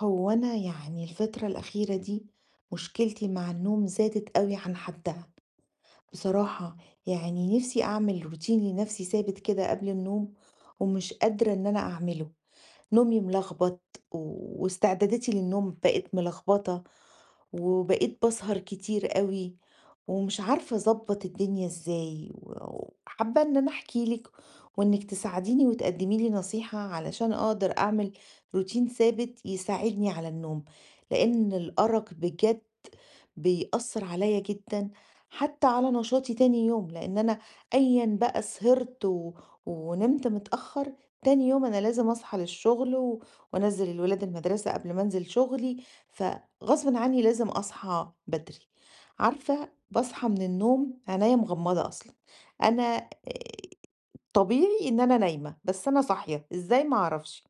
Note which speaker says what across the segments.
Speaker 1: هو أنا يعني الفترة الأخيرة دي مشكلتي مع النوم زادت قوي عن حدها بصراحة. يعني نفسي أعمل روتين لنفسي ثابت كده قبل النوم، ومش قادرة إن أنا أعمله. نومي ملخبط، واستعداداتي للنوم بقت ملخبطة، وبقيت بسهر كتير قوي، ومش عارفة اظبط الدنيا ازاي، وحابة ان انا احكي لك، وانك تساعديني وتقدمي لي نصيحة علشان اقدر اعمل روتين ثابت يساعدني على النوم، لان الارق بجد بيأثّر عليَّ جدًا، حتى على نشاطي تاني يوم، لإن أنا أيًا بقى سهرت ونمت متأخّر، تاني يوم أنا لازم أصحى للشغل وأنزّل الولاد المدرسة قبل ما أنزل شغلي، فغصبٍ عنّي لازم أصحى بدري. عارفة باصحى من النوم عينيّا مغمّضة أصلًا، أنا طبيعي إن أنا نايمة، بس أنا صاحية إزاي ما أعرفش،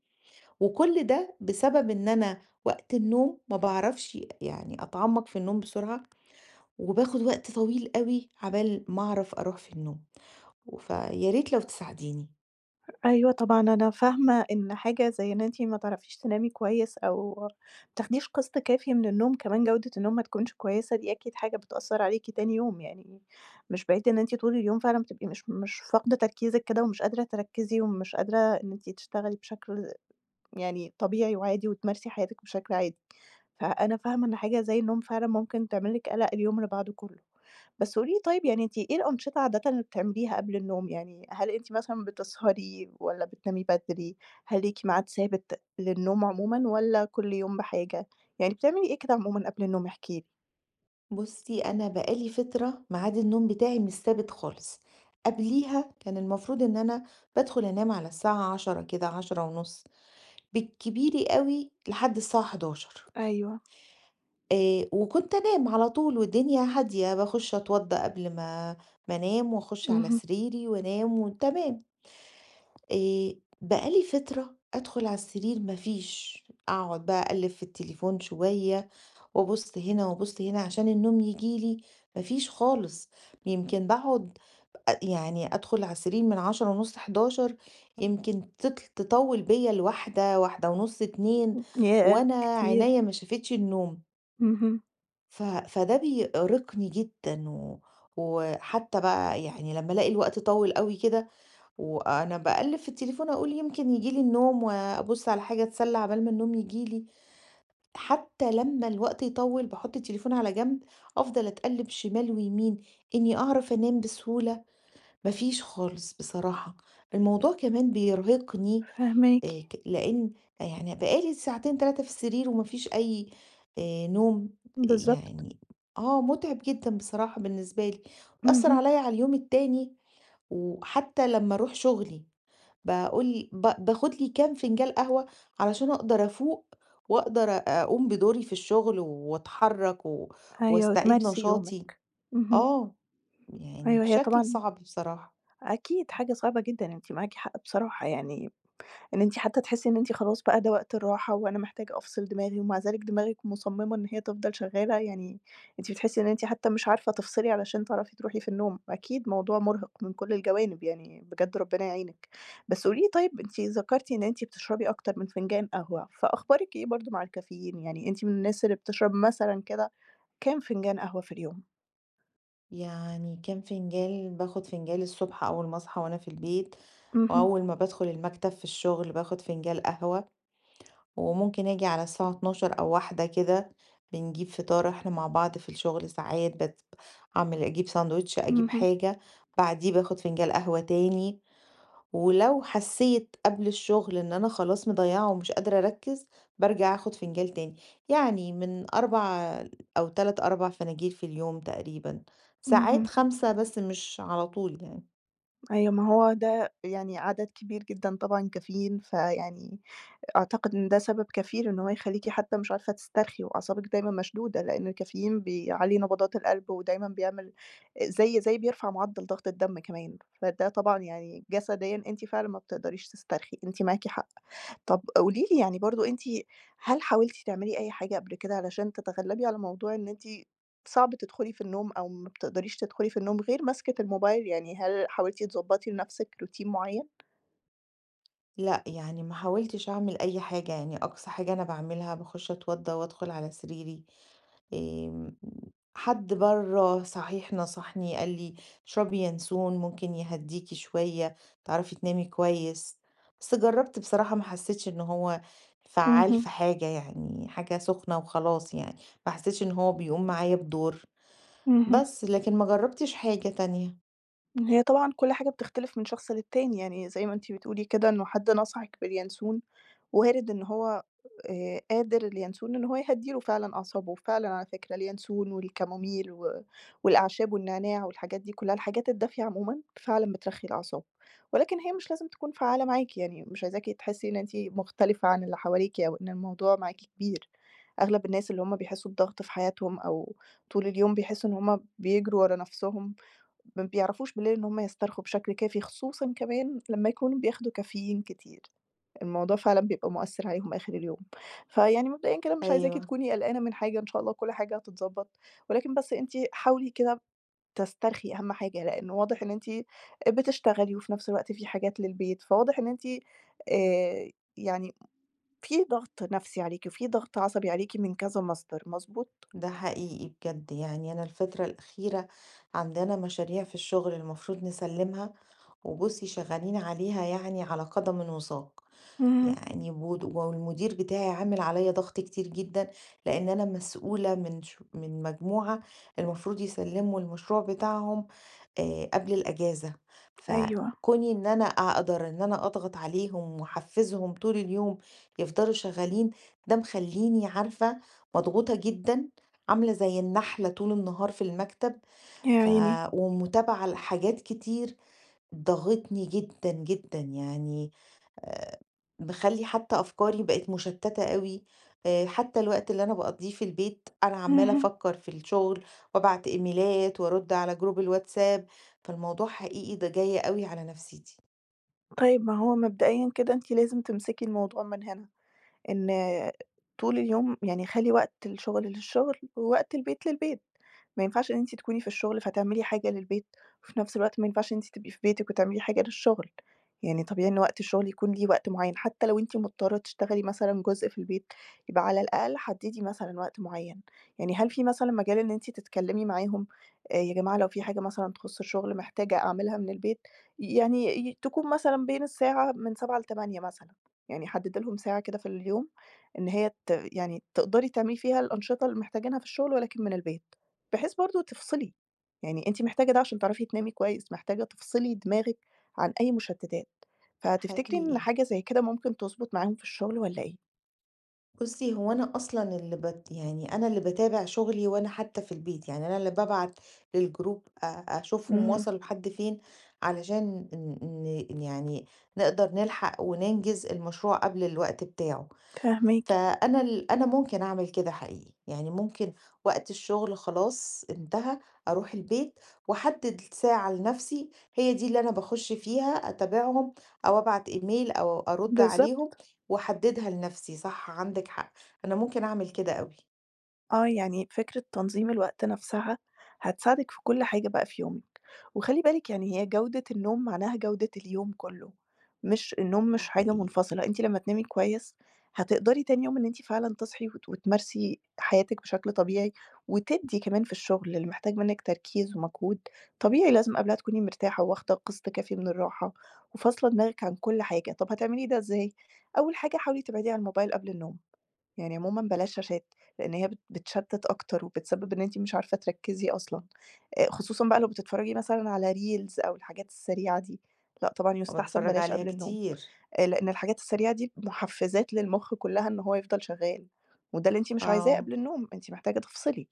Speaker 1: وكل ده بسبب إن أنا وقت النوم ما باعرفش يعني أتعمّق في النوم بسرعة، وباخد وقت طويل أوي عبال ما أعرف أروح في النوم. فيا ريت لو تساعديني.
Speaker 2: أيوه طبعًا، أنا فاهمة إن حاجة زي إن أنتِ ما تعرفيش تنامي كويس أو ما بتاخديش قسط كافي من النوم، كمان جودة النوم ما تكونش كويسة، دي أكيد حاجة بتأثّر عليكِ تاني يوم، يعني مش بعيد إن أنتِ طول اليوم فعلًا بتبقي مش فاقدة تركيزِك كده ومش قادرة تركّزي ومش قادرة إن أنتِ تشتغلي بشكل يعني طبيعي وعادي وتمارسي حياتِك بشكل عادي. فأنا فاهمة إن حاجة زي النوم فعلًا ممكن تعمل لِك قلق اليوم اللي بعده كله. بس قولي لي طيب، يعني أنتِ إيه الأنشطة عادةً اللي بتعمليها قبل النوم؟ يعني هل أنتِ مثلًا بتسهري والّا بتنامي بدري؟ هل ليكِ ميعاد ثابت للنوم عمومًا والّا كل يوم بحاجة؟ يعني بتعملي إيه كده عمومًا قبل النوم؟ احكي لي.
Speaker 1: بُصّي، أنا بقى لي فترة ميعاد النوم بتاعي مش ثابت خالص، قبليها كان المفروض إن أنا بادخل أنام على الساعة 22:00 كده 22:30، بالكبير أوي لحد الساعة 23:00.
Speaker 2: أيوه.
Speaker 1: وكنت أنام على طول والدنيا هادية، باخش أتوضّى قبل ما أنام، وأخش على
Speaker 2: اهم.
Speaker 1: سريري وأنام وتمام. آآ بقى لي فترة أدخل على السرير ما فيش، أقعد بقى أقلِّب في التليفون شوية وأبُص هنا وأبُص هنا عشان النوم ييجي لي، ما فيش خالص. يمكن باقعد، يعني أدخل على السرير من 22:30، 23:00، يمكن تطوِّل بيّا ل01:00، 01:30، 02:00
Speaker 2: ياه!
Speaker 1: وأنا
Speaker 2: كتير.
Speaker 1: عينيّا ما شافتش النوم.
Speaker 2: اهم.
Speaker 1: فده بيأرقني جدًا، وحتى بقى يعني لمّا ألاقي الوقت طوِّل أوي كده وأنا باقلِّب في التليفون، أقول يمكن ييجي لي النوم، وأبُص على حاجة أتسلّى عقبال ما النوم ييجي لي. حتى لمّا الوقت يطوِّل باحُط التليفون على جنب، أفضل أتقلِّب شمال ويمين إنّي أعرف أنام بسهولة، ما فيش خالص بصراحة. الموضوع كمان بيرهقني،
Speaker 2: فاهماكِ.
Speaker 1: ك لإن يعني بقى لي ساعتين 3 في السرير وما فيش أي نوم.
Speaker 2: بالضبط.
Speaker 1: يعني آه، مُتعِب جدًا بصراحة بالنسبة لي، بيأثّر
Speaker 2: اهم.
Speaker 1: عليّا على اليوم التاني وحتى لمّا أروح شُغلي. باقول باخد لي كام فنجان قهوة علشان أقدر أفوق وأقدر أقوم بدوري في الشغل وأتحرك، و
Speaker 2: أيوه،
Speaker 1: واستعيد
Speaker 2: وتمارسي
Speaker 1: نشاطي.
Speaker 2: يومِك. اهم.
Speaker 1: آه، يعني
Speaker 2: أيوه، هي
Speaker 1: بشكل
Speaker 2: طبعًا
Speaker 1: صعب بصراحة.
Speaker 2: أكيد حاجة صعبة جدًا، أنتِ معاكِ حق بصراحة، يعني إن أنتِ حتى تحسّي إن أنتِ خلاص بقى ده وقت الراحة وأنا محتاجة أفصل دماغي، ومع ذلك دماغِك مصمّمة إن هي تفضل شغّالة، يعني أنتِ بتحسّي إن أنتِ حتى مش عارفة تفصلي علشان تعرفي تروحي في النوم، أكيد موضوع مرهق من كل الجوانب يعني، بجد ربنا يعينِك. بس قولي لي طيب، أنتِ ذكرتِ إن أنتِ بتشربي أكتر من فنجان قهوة، فأخبارِك إيه برضه مع الكافيين؟ يعني أنتِ من الناس اللي بتشرب مثلًا كده كام فنجان قهوة في اليوم؟
Speaker 1: يعني كام فنجان؟ باخد فنجان الصبح أول ما أصحى وأنا في البيت،
Speaker 2: اهم،
Speaker 1: وأول ما بادخل المكتب في الشغل باخد فنجان قهوة، وممكن آجي على الساعة 12:00 أو 13:00 كده بنجيب فطار إحنا مع بعض في الشغل ساعات، أعمل أجيب ساندوتش، أجيب
Speaker 2: اهم،
Speaker 1: حاجة، بعديه باخد فنجان قهوة تاني. ولو حسيت قبل الشغل إن أنا خلاص مضيّعة ومش قادرة أركّز، بارجع آخُد فنجان تاني، يعني من 4 أو 3، 4 فناجيل في اليوم تقريبًا، ساعات
Speaker 2: اهم.
Speaker 1: 5، بس مش على طول يعني.
Speaker 2: أيوه، ما هو ده يعني عدد كبير جدًا طبعًا كافيين، فيعني أعتقد إن ده سبب كفيل إن هو يخلّيكِ حتى مش عارفة تسترخي وأعصابِك دايمًا مشدودة، لإن الكافيين بيعلّي نبضات القلب ودايمًا بيعمل زي بيرفع معدل ضغط الدم كمان، فده طبعًا يعني جسديًا أنتِ فعلًا ما بتقدريش تسترخي، أنتِ معاكِ حق. طب قولي لي يعني برضه أنتِ هل حاولتِ تعملي أي حاجة قبل كده علشان تتغلبي على موضوع إن أنتِ صعب تدخلي في النوم أو ما بتقدريش تدخلي في النوم غير ماسكة الموبايل، يعني هل حاولتِ تضبطي لنفسِك روتين معين؟
Speaker 1: لأ، يعني ما حاولتش أعمل أي حاجة، يعني أقصى حاجة أنا باعملها باخُش أتوضّى وأدخُل على سريري. آمم، حد برّه صحيح نصحني قال لي: "اشربي ينسون ممكن يهدّيكِ شوية، تعرفي تنامي كويس." بس جرّبت بصراحة ما حسّيتش إن هو فعّال
Speaker 2: اهم،
Speaker 1: في حاجة يعني، حاجة سخنة وخلاص يعني، ما حسّيتش إن هو بيقوم معايا بدور،
Speaker 2: اهم.
Speaker 1: بس لكن ما جرّبتش حاجة تانية.
Speaker 2: هي طبعًا كل حاجة بتختلف من شخص للتاني، يعني زي ما أنتِ بتقولي كده إنه حد نصحِك باليانسون، وارد إن هو قادر اليانسون إن هو يهدّي له فعلًا أعصابه، وفعلًا على فكرة اليانسون والكاموميل والأعشاب والنعناع والحاجات دي كلّها، الحاجات الدافية عمومًا فعلًا بترخّي الأعصاب، ولكن هي مش لازم تكون فعّالة معاكِ، يعني مش عايزاكِ تحسّي إن أنتِ مختلفة عن اللي حواليكِ أو إن الموضوع معاكِ كبير، أغلب الناس اللي هم بيحسّوا بضغط في حياتهم أو طول اليوم بيحسّوا إن هم بيجروا ورا نَفْسهم، ما بيعرفوش بالليل إن هم يسترخوا بشكل كافي، خصوصًا كمان لمّا يكونوا بياخدوا كافيين كتير. الموضوع فعلًا بيبقى مؤثّر عليهم آخر اليوم. فيعني مبدئيًا كده مش عايزاكِ
Speaker 1: أيوه،
Speaker 2: تكوني قلقانة من حاجة، إن شاء الله كل حاجة هتتضبّط، ولكن بس أنتِ حاولي كده تسترخي أهم حاجة، لإن واضح إن أنتِ بتشتغلي وفي نفس الوقت في حاجات للبيت، فواضح إن أنتِ آآ يعني في ضغط نفسي عليكِ وفي ضغط عصبي عليكِ من كذا مصدر، مضبوط؟
Speaker 1: ده حقيقي بجد. يعني أنا الفترة الأخيرة عندنا مشاريع في الشغل المفروض نسلّمها، وبُصّي شغّالين عليها يعني على قدم وساق.
Speaker 2: اهم،
Speaker 1: يعني بود والمدير بتاعي عامل عليّا ضغط كتير جدًا، لإن أنا مسؤولة من مجموعة المفروض يسلّموا المشروع بتاعهم قبل الأجازة.
Speaker 2: أيوه،
Speaker 1: فكوني إن أنا أقدر إن أنا أضغط عليهم وأحفّزهم طول اليوم يفضلوا شغّالين، ده مخلّيني عارفة مضغوطة جدًا، عاملة زي النحلة طول النهار في المكتب،
Speaker 2: يا
Speaker 1: ف
Speaker 2: عيني،
Speaker 1: ومتابعة لحاجات كتير ضاغطني جدًا، جدًا يعني. آآ مخلّي حتى أفكاري بقت مشتتة أوي، حتى الوقت اللي أنا باقضّيه في البيت أنا عمّالة
Speaker 2: اهم.
Speaker 1: أفكّر في الشغل وأبعت إيميلات وأرُد على جروب الواتساب، فالموضوع حقيقي ده جاي أوي على نفسيتي.
Speaker 2: طيب ما هو مبدئيًا كده أنتِ لازم تمسكي الموضوع من هنا. إن طول اليوم يعني خلّي وقت الشغل للشغل، ووقت البيت للبيت، ما ينفعش إن أنتِ تكوني في الشغل فتعملي حاجة للبيت، وفي نفس الوقت ما ينفعش إن أنتِ تبقي في بيتِك وتعملي حاجة للشغل، يعني طبيعي إن وقت الشغل يكون ليه وقت معيّن، حتى لو أنتِ مضطرة تشتغلي مثلًا جزء في البيت، يبقى على الأقل حدّدي مثلًا وقت معيّن، يعني هل في مثلًا مجال إن أنتِ تتكلمي معاهم، يا جماعة لو في حاجة مثلًا تخُص الشغل محتاجة أعملها من البيت، يعني تكون مثلًا بين الساعة من 07:00 ل08:00 مثلًا. يعني حدّدي لهم ساعة كده في اليوم إن هي يعني تقدري تعملي فيها الأنشطة اللي محتاجينها في الشغل ولكن من البيت، بحيث برضه تفصلي، يعني أنتِ محتاجة ده عشان تعرفي تنامي كويس، محتاجة تفصلي دماغِك عن أي مشتتات، فتفتكري إن
Speaker 1: حقيقي.
Speaker 2: حاجة زي كده ممكن تضبط معاهم في الشغل والّا إيه؟
Speaker 1: بُصّي، هو أنا أصلًا اللي بت يعني أنا اللي باتابع شغلي وأنا حتى في البيت، يعني أنا اللي بابعت للجروب، أشوفهم
Speaker 2: اهم،
Speaker 1: وصلوا لحد فين علشان ن ن يعني نقدر نلحق وننجز المشروع قبل الوقت بتاعه.
Speaker 2: فاهماكِ.
Speaker 1: فأنا ال أنا ممكن أعمل كده حقيقي، يعني ممكن وقت الشغل خلاص انتهى، أروح البيت وأحدد ساعة لنفسي هي دي اللي أنا باخش فيها أتابعهم أو أبعت إيميل أو أرُد عليهم،
Speaker 2: بالضبط،
Speaker 1: وأحددها لنفسي. صح، عندِك حق، أنا ممكن أعمل كده أوي.
Speaker 2: آه، يعني فكرة تنظيم الوقت نفْسها هتساعدِك في كل حاجة بقى في يومِك. وخلّي بالِك يعني هي جودة النوم معناها جودة اليوم كلّه، مش النوم
Speaker 1: ده
Speaker 2: مش حاجة
Speaker 1: حقيقي،
Speaker 2: منفصلة، أنتِ لمّا تنامي كويس هتقدري تاني يوم إن أنتِ فعلًا تصحي وتمارسي حياتِك بشكل طبيعي، وتدّي كمان في الشغل اللي محتاج منِّك تركيز ومجهود، طبيعي لازم قبلها تكوني مرتاحة واخدة قسط كافي من الراحة، وفاصلة دماغِك عن كل حاجة، طَب هتعملي ده إزاي؟ أول حاجة حاولي تبعدي عن الموبايل قبل النوم، يعني عمومًا بلاش شاشات، لإن هي بتشتت أكتر وبتسبب إن أنتِ مش عارفة تركّزي أصلًا. خصوصًا بقى لو بتتفرّجي مثلًا على reels أو الحاجات السريعة دي، لأ طبعًا يُستحسن
Speaker 1: وباتفرج
Speaker 2: بلاش
Speaker 1: عليها
Speaker 2: قبل النوم،
Speaker 1: كتير.
Speaker 2: لإن الحاجات السريعة دي محفّزات للمُخ كُلّها إن هو يفضل شغّال، وده اللي أنتِ مش عايزاه
Speaker 1: آه،
Speaker 2: قبل النوم، أنتِ محتاجة تفصلي.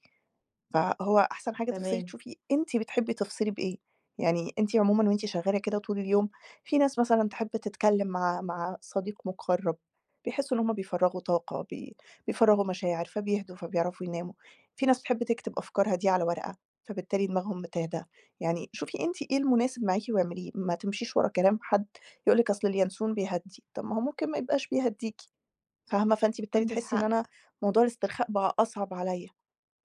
Speaker 2: فهو أحسن حاجة تفصلي
Speaker 1: تمام،
Speaker 2: تشوفي أنتِ بتحبي تفصلي بإيه، يعني أنتِ عمومًا وأنتِ شغالة كده طول اليوم، في ناس مثلًا تحب تتكلم مع صديق مقرب، بيحسوا إن هُم بيفرّغوا طاقة، بيفرّغوا مشاعر، فبيهدوا، فبيعرفوا يناموا. في ناس بتحب تكتب أفكارها دي على ورقة، فبالتالي دماغهم بتهدى. يعني شوفي أنتِ إيه المناسب معاكِ واعمليه، ما تمشيش ورا كلام حد يقول لِك أصل اليانسون بيهدّي، طب ما هو ممكن ما يبقاش بيهدّيكِ، فاهمة؟ فأنتِ بالتالي
Speaker 1: عندِك
Speaker 2: تحسي إن
Speaker 1: حق.
Speaker 2: أنا موضوع الاسترخاء بقى أصعب عليَّ.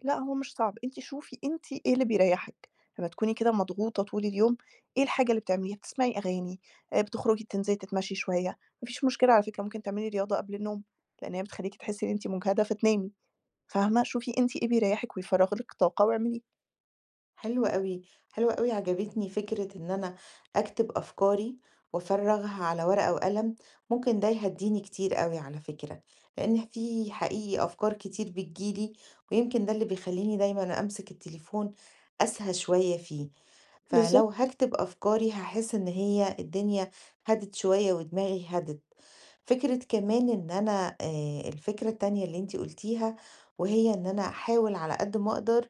Speaker 2: لأ، هو مش صعب، أنتِ شوفي أنتِ إيه اللي بيريّحِك، لمّا تكوني كده مضغوطة طول اليوم، إيه الحاجة اللي بتعمليها؟ بتسمعي أغاني، بتخرجي تنزلي تتمشي شوية، ما فيش مشكلة على فكرة ممكن تعملي رياضة قبل النوم، لإن هي بتخلّيكِ تحسي إن أنتِ مجهدة فتنامي، فاهمة؟ شوفي أنتِ إيه بيريّحِك ويفرّغ لِك طاقة واعمليه.
Speaker 1: حلو أوي، حلو أوي، عجبتني فكرة إن أنا أكتب أفكاري وأفرّغها على ورقة وقلم، ممكن ده يهدّيني كتير أوي على فكرة، لإن في حقيقي أفكار كتير بتيجي لي، ويمكن ده اللي بيخلّيني دايمًا أمسك التليفون أسهى شوية فيه، فلو
Speaker 2: بالضبط،
Speaker 1: هاكتب أفكاري هاحس إن هي الدنيا هدِت شوية ودماغي هدِت. فكرة كمان إن أنا الفكرة التانية اللي أنتِ قُلتيها، وهي إن أنا أحاول على قد ما أقدر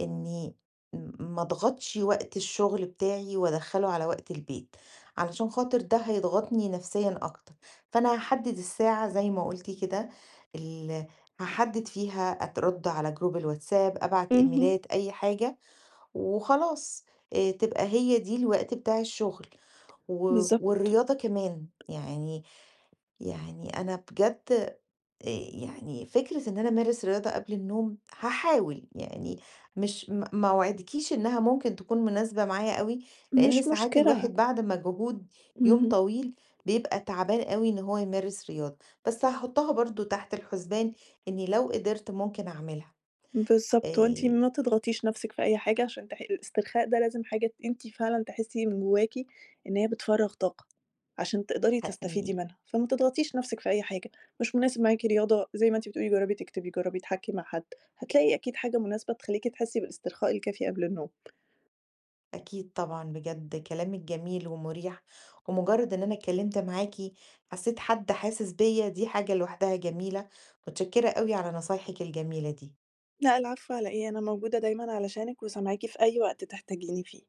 Speaker 1: إني ما اضغطش وقت الشغل بتاعي وأدخّله على وقت البيت، علشان خاطر ده هيضغطني نفسيًا أكتر، فأنا هاحدد الساعة زي ما قُلتِ كده، ال هاحدد فيها أترد على جروب الواتساب، أبعت
Speaker 2: اهم،
Speaker 1: إيميلات، أي حاجة، وخلاص. تبقى هي دي الوقت بتاع الشغل، و
Speaker 2: بالضبط،
Speaker 1: والرياضة كمان، يعني أنا بجد، يعني فكرة إن أنا أمارس رياضة قبل النوم هاحاول، يعني مش م ما أوعدكيش إنها ممكن تكون مناسبة معايا أوي، لإن
Speaker 2: مش
Speaker 1: ساعات الواحد
Speaker 2: مشكلة،
Speaker 1: بعد مجهود يوم
Speaker 2: اهم.
Speaker 1: طويل بيبقى تعبان أوي إن هو يمارس رياضة، بس هاحطها برضه تحت الحسبان إني لو قدرت ممكن أعملها.
Speaker 2: بالضبط، هو أنتِ
Speaker 1: آآ
Speaker 2: ما تضغطيش نَفْسِك في أي حاجة عشان الاسترخاء ده لازم حاجة أنتِ فعلًا تحسّي من جواكِ إن هي بتفرّغ طاقة، عشان تقدري تستفيدي
Speaker 1: حقيقي.
Speaker 2: منها، فما تضغطيش نَفْسِك في أي حاجة، مش مناسب معاكِ رياضة زي ما أنتِ بتقولي جرّبي تكتبي، جرّبي تحاكي مع حد، هتلاقي أكيد حاجة مناسبة تخلّيكِ تحسّي بالاسترخاء الكافي قبل النوم.
Speaker 1: أكيد طبعًا، بجد كلامِك جميل ومُريح، ومجرد إن أنا اتكلمت معاكِ حسيت حد حاسس بيّا، دي حاجة لوحدها جميلة، متشكرة أوي على نصايحِك الجميلة دي.
Speaker 2: لأ العفو على إيه، أنا موجودة دايمًا علشانِك وسامعاكِ في أي وقت تحتاجيني فيه.